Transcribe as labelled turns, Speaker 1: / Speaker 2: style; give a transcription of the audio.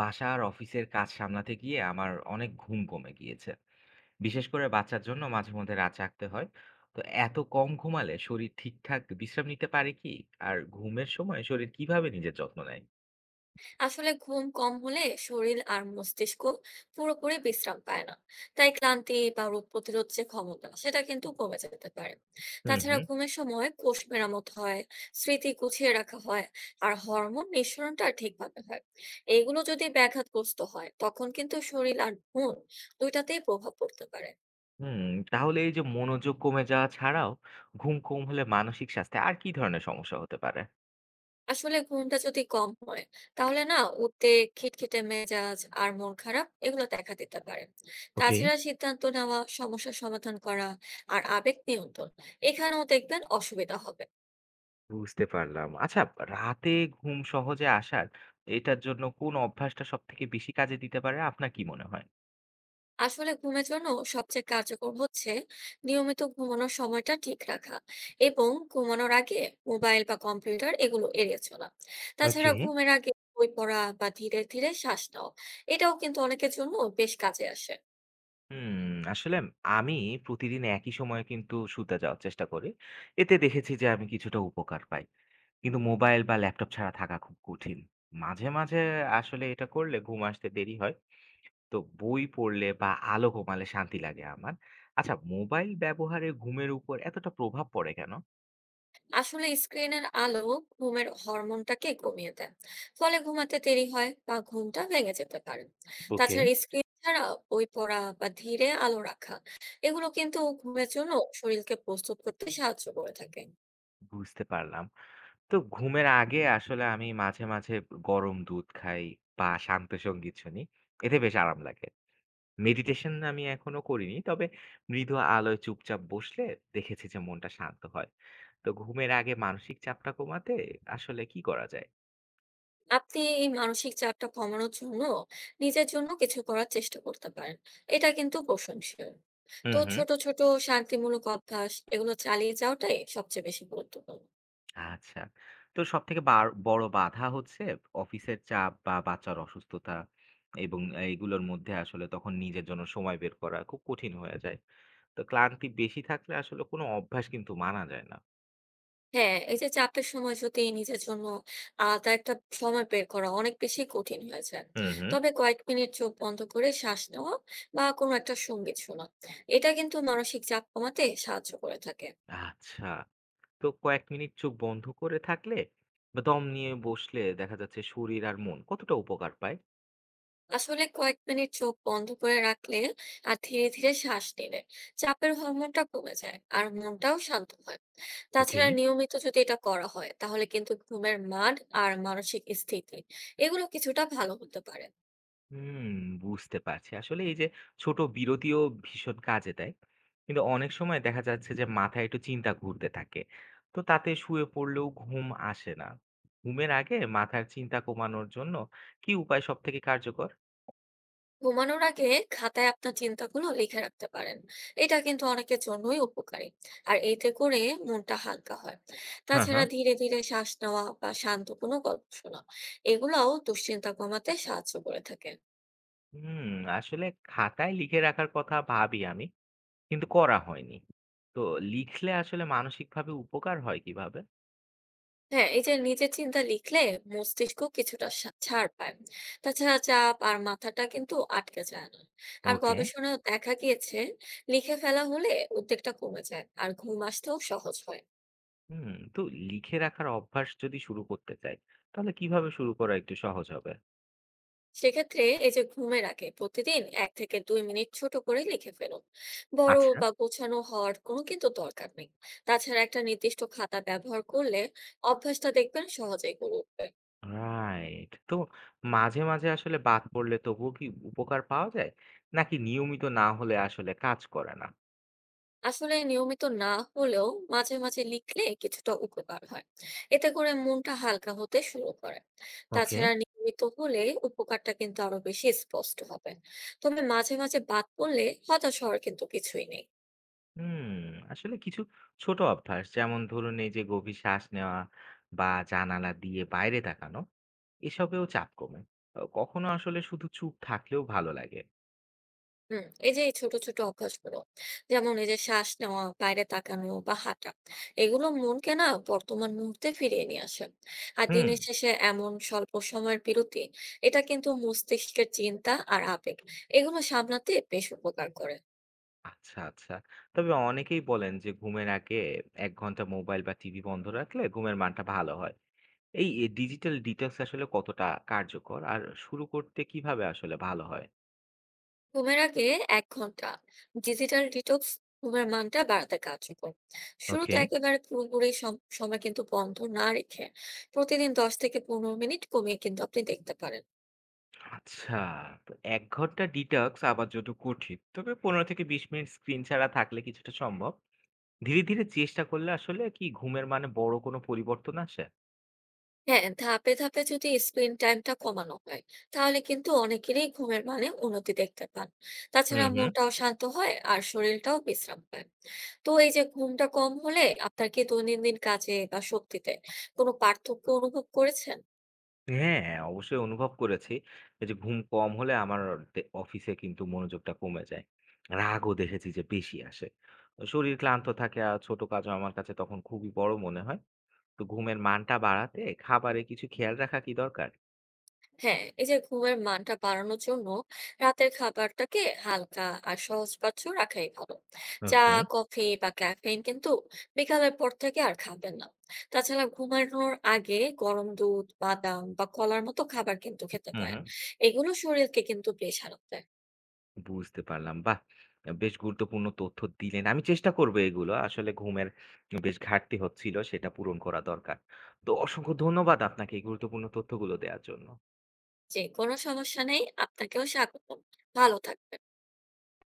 Speaker 1: বাসা আর অফিসের কাজ সামলাতে গিয়ে আমার অনেক ঘুম কমে গিয়েছে। বিশেষ করে বাচ্চার জন্য মাঝে মধ্যে রাত জাগতে হয়। তো এত কম ঘুমালে শরীর ঠিকঠাক বিশ্রাম নিতে পারে কি? আর ঘুমের সময় শরীর কিভাবে নিজের যত্ন নেয়?
Speaker 2: আসলে ঘুম কম হলে শরীর আর মস্তিষ্ক পুরোপুরি বিশ্রাম পায় না। তাই ক্লান্তি বা রোগ প্রতিরোধ যে ক্ষমতা সেটা কিন্তু কমে যেতে পারে।
Speaker 1: হুম,
Speaker 2: তাছাড়া
Speaker 1: হুম,
Speaker 2: ঘুমের সময় কোষ মেরামত হয়, স্মৃতি গুছিয়ে রাখা হয়, আর হরমোন নিঃসরণটা ঠিকভাবে হয়। এগুলো যদি ব্যাঘাতগ্রস্ত হয় তখন কিন্তু শরীর আর মন দুইটাতেই প্রভাব পড়তে পারে।
Speaker 1: হুম। তাহলে এই যে মনোযোগ কমে যাওয়া ছাড়াও ঘুম কম হলে মানসিক স্বাস্থ্যে আর কি ধরনের সমস্যা হতে পারে?
Speaker 2: আসলে ঘুমটা যদি কম হয় তাহলে না, উদ্বেগ, খিটখিটে মেজাজ আর মন খারাপ এগুলো দেখা দিতে পারে।
Speaker 1: ওকে,
Speaker 2: তাছাড়া সিদ্ধান্ত নেওয়া, সমস্যা সমাধান করা আর আবেগ নিয়ন্ত্রণ, এখানেও দেখবেন অসুবিধা হবে।
Speaker 1: বুঝতে পারলাম। আচ্ছা, রাতে ঘুম সহজে আসার এটার জন্য কোন অভ্যাসটা সব থেকে বেশি কাজে দিতে পারে আপনার কি মনে হয়?
Speaker 2: আসলে ঘুমের জন্য সবচেয়ে কার্যকর হচ্ছে নিয়মিত ঘুমানোর সময়টা ঠিক রাখা এবং ঘুমানোর আগে মোবাইল বা কম্পিউটার এগুলো এড়িয়ে চলা। তাছাড়া
Speaker 1: ওকে।
Speaker 2: ঘুমের আগে বই পড়া বা ধীরে ধীরে শ্বাস নেওয়া, এটাও কিন্তু অনেকের জন্য বেশ কাজে আসে।
Speaker 1: হুম। আসলে আমি প্রতিদিন একই সময়ে কিন্তু শুতে যাওয়ার চেষ্টা করি। এতে দেখেছি যে আমি কিছুটা উপকার পাই। কিন্তু মোবাইল বা ল্যাপটপ ছাড়া থাকা খুব কঠিন। মাঝে, মাঝে আসলে এটা করলে ঘুম আসতে দেরি হয়। তো বই পড়লে বা আলো কমালে শান্তি লাগে আমার। আচ্ছা, মোবাইল ব্যবহারে ঘুমের উপর এতটা প্রভাব পড়ে কেন?
Speaker 2: আসলে স্ক্রিনের আলো ঘুমের হরমোনটাকে কমিয়ে দেয়, ফলে ঘুমাতে দেরি হয় বা ঘুমটা ভেঙে যেতে পারে।
Speaker 1: ওকে।
Speaker 2: তাছাড়া স্ক্রিন ছাড়া বই পড়া বা ধীরে আলো রাখা, এগুলো কিন্তু ঘুমের জন্য শরীরকে প্রস্তুত করতে সাহায্য করে থাকে।
Speaker 1: বুঝতে পারলাম। তো ঘুমের আগে আসলে আমি মাঝে, মাঝে গরম দুধ খাই বা শান্ত সঙ্গীত শুনি। এতে বেশ আরাম লাগে। মেডিটেশন আমি এখনো করিনি। তবে মৃদু আলোয় চুপচাপ বসলে দেখেছি যে মনটা শান্ত হয়। তো ঘুমের আগে মানসিক চাপটা কমাতে আসলে কি করা যায়?
Speaker 2: আপনি এই মানসিক চাপটা কমানোর জন্য নিজের জন্য কিছু করার চেষ্টা করতে পারেন, এটা কিন্তু প্রশংসনীয়।
Speaker 1: হুম,
Speaker 2: তো
Speaker 1: হুম।
Speaker 2: ছোট ছোট শান্তিমূলক অভ্যাস এগুলো চালিয়ে যাওয়াটাই সবচেয়ে বেশি গুরুত্বপূর্ণ।
Speaker 1: আচ্ছা। তো সবথেকে বড় বাধা হচ্ছে অফিসের চাপ বা বাচ্চার অসুস্থতা, এবং এইগুলোর মধ্যে আসলে তখন নিজের জন্য সময় বের করা খুব কঠিন হয়ে যায়। তো ক্লান্তি বেশি থাকলে আসলে কোনো অভ্যাস কিন্তু মানা যায় না।
Speaker 2: হ্যাঁ, এই যে চাপের সময় যদি নিজের জন্য আলাদা একটা সময় বের করা অনেক বেশি কঠিন হয়ে যায়।
Speaker 1: হুম, হুম।
Speaker 2: তবে কয়েক মিনিট চোখ বন্ধ করে শ্বাস নেওয়া বা কোনো একটা সঙ্গীত শোনা, এটা কিন্তু মানসিক চাপ কমাতে সাহায্য করে থাকে।
Speaker 1: আচ্ছা। তো কয়েক মিনিট চোখ বন্ধ করে থাকলে বা দম নিয়ে বসলে দেখা যাচ্ছে শরীর আর মন কতটা উপকার পায়।
Speaker 2: আসলে কয়েক মিনিট চোখ বন্ধ করে রাখলে আর ধীরে ধীরে শ্বাস নিলে চাপের হরমোনটা কমে যায় আর মনটাও শান্ত হয়।
Speaker 1: ওকে।
Speaker 2: তাছাড়া নিয়মিত যদি এটা করা হয় তাহলে কিন্তু ঘুমের মান আর মানসিক স্থিতি, এগুলো কিছুটা ভালো হতে পারে।
Speaker 1: হুম, বুঝতে পারছি। আসলে এই যে ছোট বিরতিও ভীষণ কাজে দেয়। কিন্তু অনেক সময় দেখা যাচ্ছে যে মাথায় একটু চিন্তা ঘুরতে থাকে, তো তাতে শুয়ে পড়লেও ঘুম আসে না। ঘুমের আগে মাথার চিন্তা কমানোর জন্য কি উপায় সব থেকে কার্যকর?
Speaker 2: ঘুমানোর আগে খাতায় আপনার চিন্তাগুলো লিখে রাখতে পারেন, এটা কিন্তু অনেকের জন্যই উপকারী, আর এতে করে মনটা হালকা হয়।
Speaker 1: হ্যাঁ,
Speaker 2: তাছাড়া
Speaker 1: হ্যাঁ।
Speaker 2: ধীরে ধীরে শ্বাস নেওয়া বা শান্ত কোনো গল্প শোনা, এগুলাও দুশ্চিন্তা কমাতে সাহায্য করে থাকে।
Speaker 1: হুম। আসলে খাতায় লিখে রাখার কথা ভাবি আমি, কিন্তু করা হয়নি। তো লিখলে আসলে মানসিকভাবে উপকার হয় কিভাবে?
Speaker 2: হ্যাঁ, এই যে নিজের চিন্তা লিখলে মস্তিষ্ক কিছুটা ছাড় পায়। তাছাড়া চাপ আর মাথাটা কিন্তু আটকে যায় না। আর
Speaker 1: ওকে।
Speaker 2: গবেষণায় দেখা গিয়েছে, লিখে ফেলা হলে উদ্বেগটা কমে যায় আর ঘুম আসতেও সহজ হয়।
Speaker 1: হুম, তো লিখে রাখার অভ্যাস যদি শুরু করতে চাই, তাহলে কিভাবে শুরু করা একটু সহজ হবে?
Speaker 2: সেক্ষেত্রে এই যে ঘুমের আগে প্রতিদিন 1 থেকে 2 মিনিট ছোট করে লিখে ফেলুন। বড়
Speaker 1: আচ্ছা।
Speaker 2: বা গোছানো হওয়ার কোনো কিন্তু দরকার নেই। তাছাড়া একটা নির্দিষ্ট খাতা ব্যবহার করলে অভ্যাসটা দেখবেন সহজেই গড়ে উঠবে।
Speaker 1: রাইট। তো মাঝে, মাঝে আসলে বাদ পড়লে তবুও কি উপকার পাওয়া যায়? নাকি নিয়মিত না হলে আসলে কাজ করে না?
Speaker 2: আসলে নিয়মিত না হলেও মাঝে মাঝে লিখলে কিছুটা উপকার হয়, এতে করে মনটা হালকা হতে শুরু করে।
Speaker 1: ওকে।
Speaker 2: তাছাড়া নিয়মিত হলে উপকারটা কিন্তু আরো বেশি স্পষ্ট হবে। তবে মাঝে মাঝে বাদ পড়লে হতাশ হওয়ার কিন্তু কিছুই নেই।
Speaker 1: হুম, আসলে কিছু ছোট অভ্যাস, যেমন ধরুন এই যে গভীর শ্বাস নেওয়া বা জানালা দিয়ে বাইরে তাকানো, এসবেও চাপ কমে। আহ, কখনো আসলে শুধু চুপ থাকলেও ভালো লাগে।
Speaker 2: হুম, এই যে এই ছোট ছোট অভ্যাসগুলো, যেমন এই যে শ্বাস নেওয়া, বাইরে তাকানো বা হাঁটা, এগুলো মনকে না বর্তমান মুহূর্তে ফিরিয়ে নিয়ে আসে। আর
Speaker 1: হুম।
Speaker 2: দিনের শেষে এমন স্বল্প সময়ের বিরতি, এটা কিন্তু মস্তিষ্কের চিন্তা আর আবেগ এগুলো সামলাতে বেশ উপকার করে।
Speaker 1: আচ্ছা, আচ্ছা। তবে অনেকেই বলেন যে ঘুমের আগে ১ ঘন্টা মোবাইল বা টিভি বন্ধ রাখলে ঘুমের মানটা ভালো হয়। এই ডিজিটাল ডিটক্স আসলে কতটা কার্যকর আর শুরু করতে কিভাবে আসলে ভালো হয়?
Speaker 2: ঘুমের আগে 1 ঘন্টা ডিজিটাল ডিটক্স ঘুমের মানটা বাড়াতে কার্যকর। শুরুতে
Speaker 1: ওকে।
Speaker 2: একেবারে পুরোপুরি সময় কিন্তু বন্ধ না রেখে প্রতিদিন 10 থেকে 15 মিনিট কমিয়ে কিন্তু আপনি দেখতে পারেন।
Speaker 1: আচ্ছা, তো ১ ঘন্টা ডিটক্স আমার জন্য কঠিন। তবে ১৫-২০ মিনিট স্ক্রিন ছাড়া থাকলে কিছুটা সম্ভব। ধীরে, ধীরে চেষ্টা করলে আসলে কি ঘুমের মানে বড় কোনো পরিবর্তন আসে?
Speaker 2: হ্যাঁ, ধাপে ধাপে যদি স্ক্রিন টাইমটা কমানো হয় তাহলে কিন্তু অনেকেরই ঘুমের মানে উন্নতি দেখতে পান।
Speaker 1: হুম,
Speaker 2: তাছাড়া
Speaker 1: হুম।
Speaker 2: মনটাও শান্ত হয় আর শরীরটাও বিশ্রাম পায়। তো এই যে ঘুমটা কম হলে আপনার কি দৈনন্দিন কাজে বা শক্তিতে কোনো পার্থক্য অনুভব করেছেন?
Speaker 1: হ্যাঁ, অবশ্যই অনুভব করেছি। এই যে ঘুম কম হলে আমার অফিসে কিন্তু মনোযোগটা কমে যায়। রাগও দেখেছি যে বেশি আসে। শরীর ক্লান্ত থাকে আর ছোট কাজও আমার কাছে তখন খুবই বড় মনে হয়। তো ঘুমের মানটা বাড়াতে খাবারে কিছু খেয়াল রাখা কি দরকার?
Speaker 2: হ্যাঁ, এই যে ঘুমের মানটা বাড়ানোর জন্য রাতের খাবারটাকে হালকা আর সহজপাচ্য রাখাই ভালো। চা,
Speaker 1: ওকে।
Speaker 2: কফি বা ক্যাফেইন কিন্তু বিকালের পর থেকে আর খাবেন না। তাছাড়া ঘুমানোর আগে গরম দুধ, বাদাম বা কলার মতো খাবার কিন্তু খেতে
Speaker 1: হুম,
Speaker 2: পারেন,
Speaker 1: হুম।
Speaker 2: এগুলো শরীরকে কিন্তু বেশ আরাম দেয়।
Speaker 1: বুঝতে পারলাম। বাহ! বেশ গুরুত্বপূর্ণ তথ্য দিলেন। আমি চেষ্টা করব এগুলো। আসলে ঘুমের বেশ ঘাটতি হচ্ছিল, সেটা পূরণ করা দরকার। তো অসংখ্য ধন্যবাদ আপনাকে এই গুরুত্বপূর্ণ তথ্যগুলো দেওয়ার জন্য।
Speaker 2: যে কোনো সমস্যা নেই, আপনাকেও স্বাগতম। ভালো থাকবেন।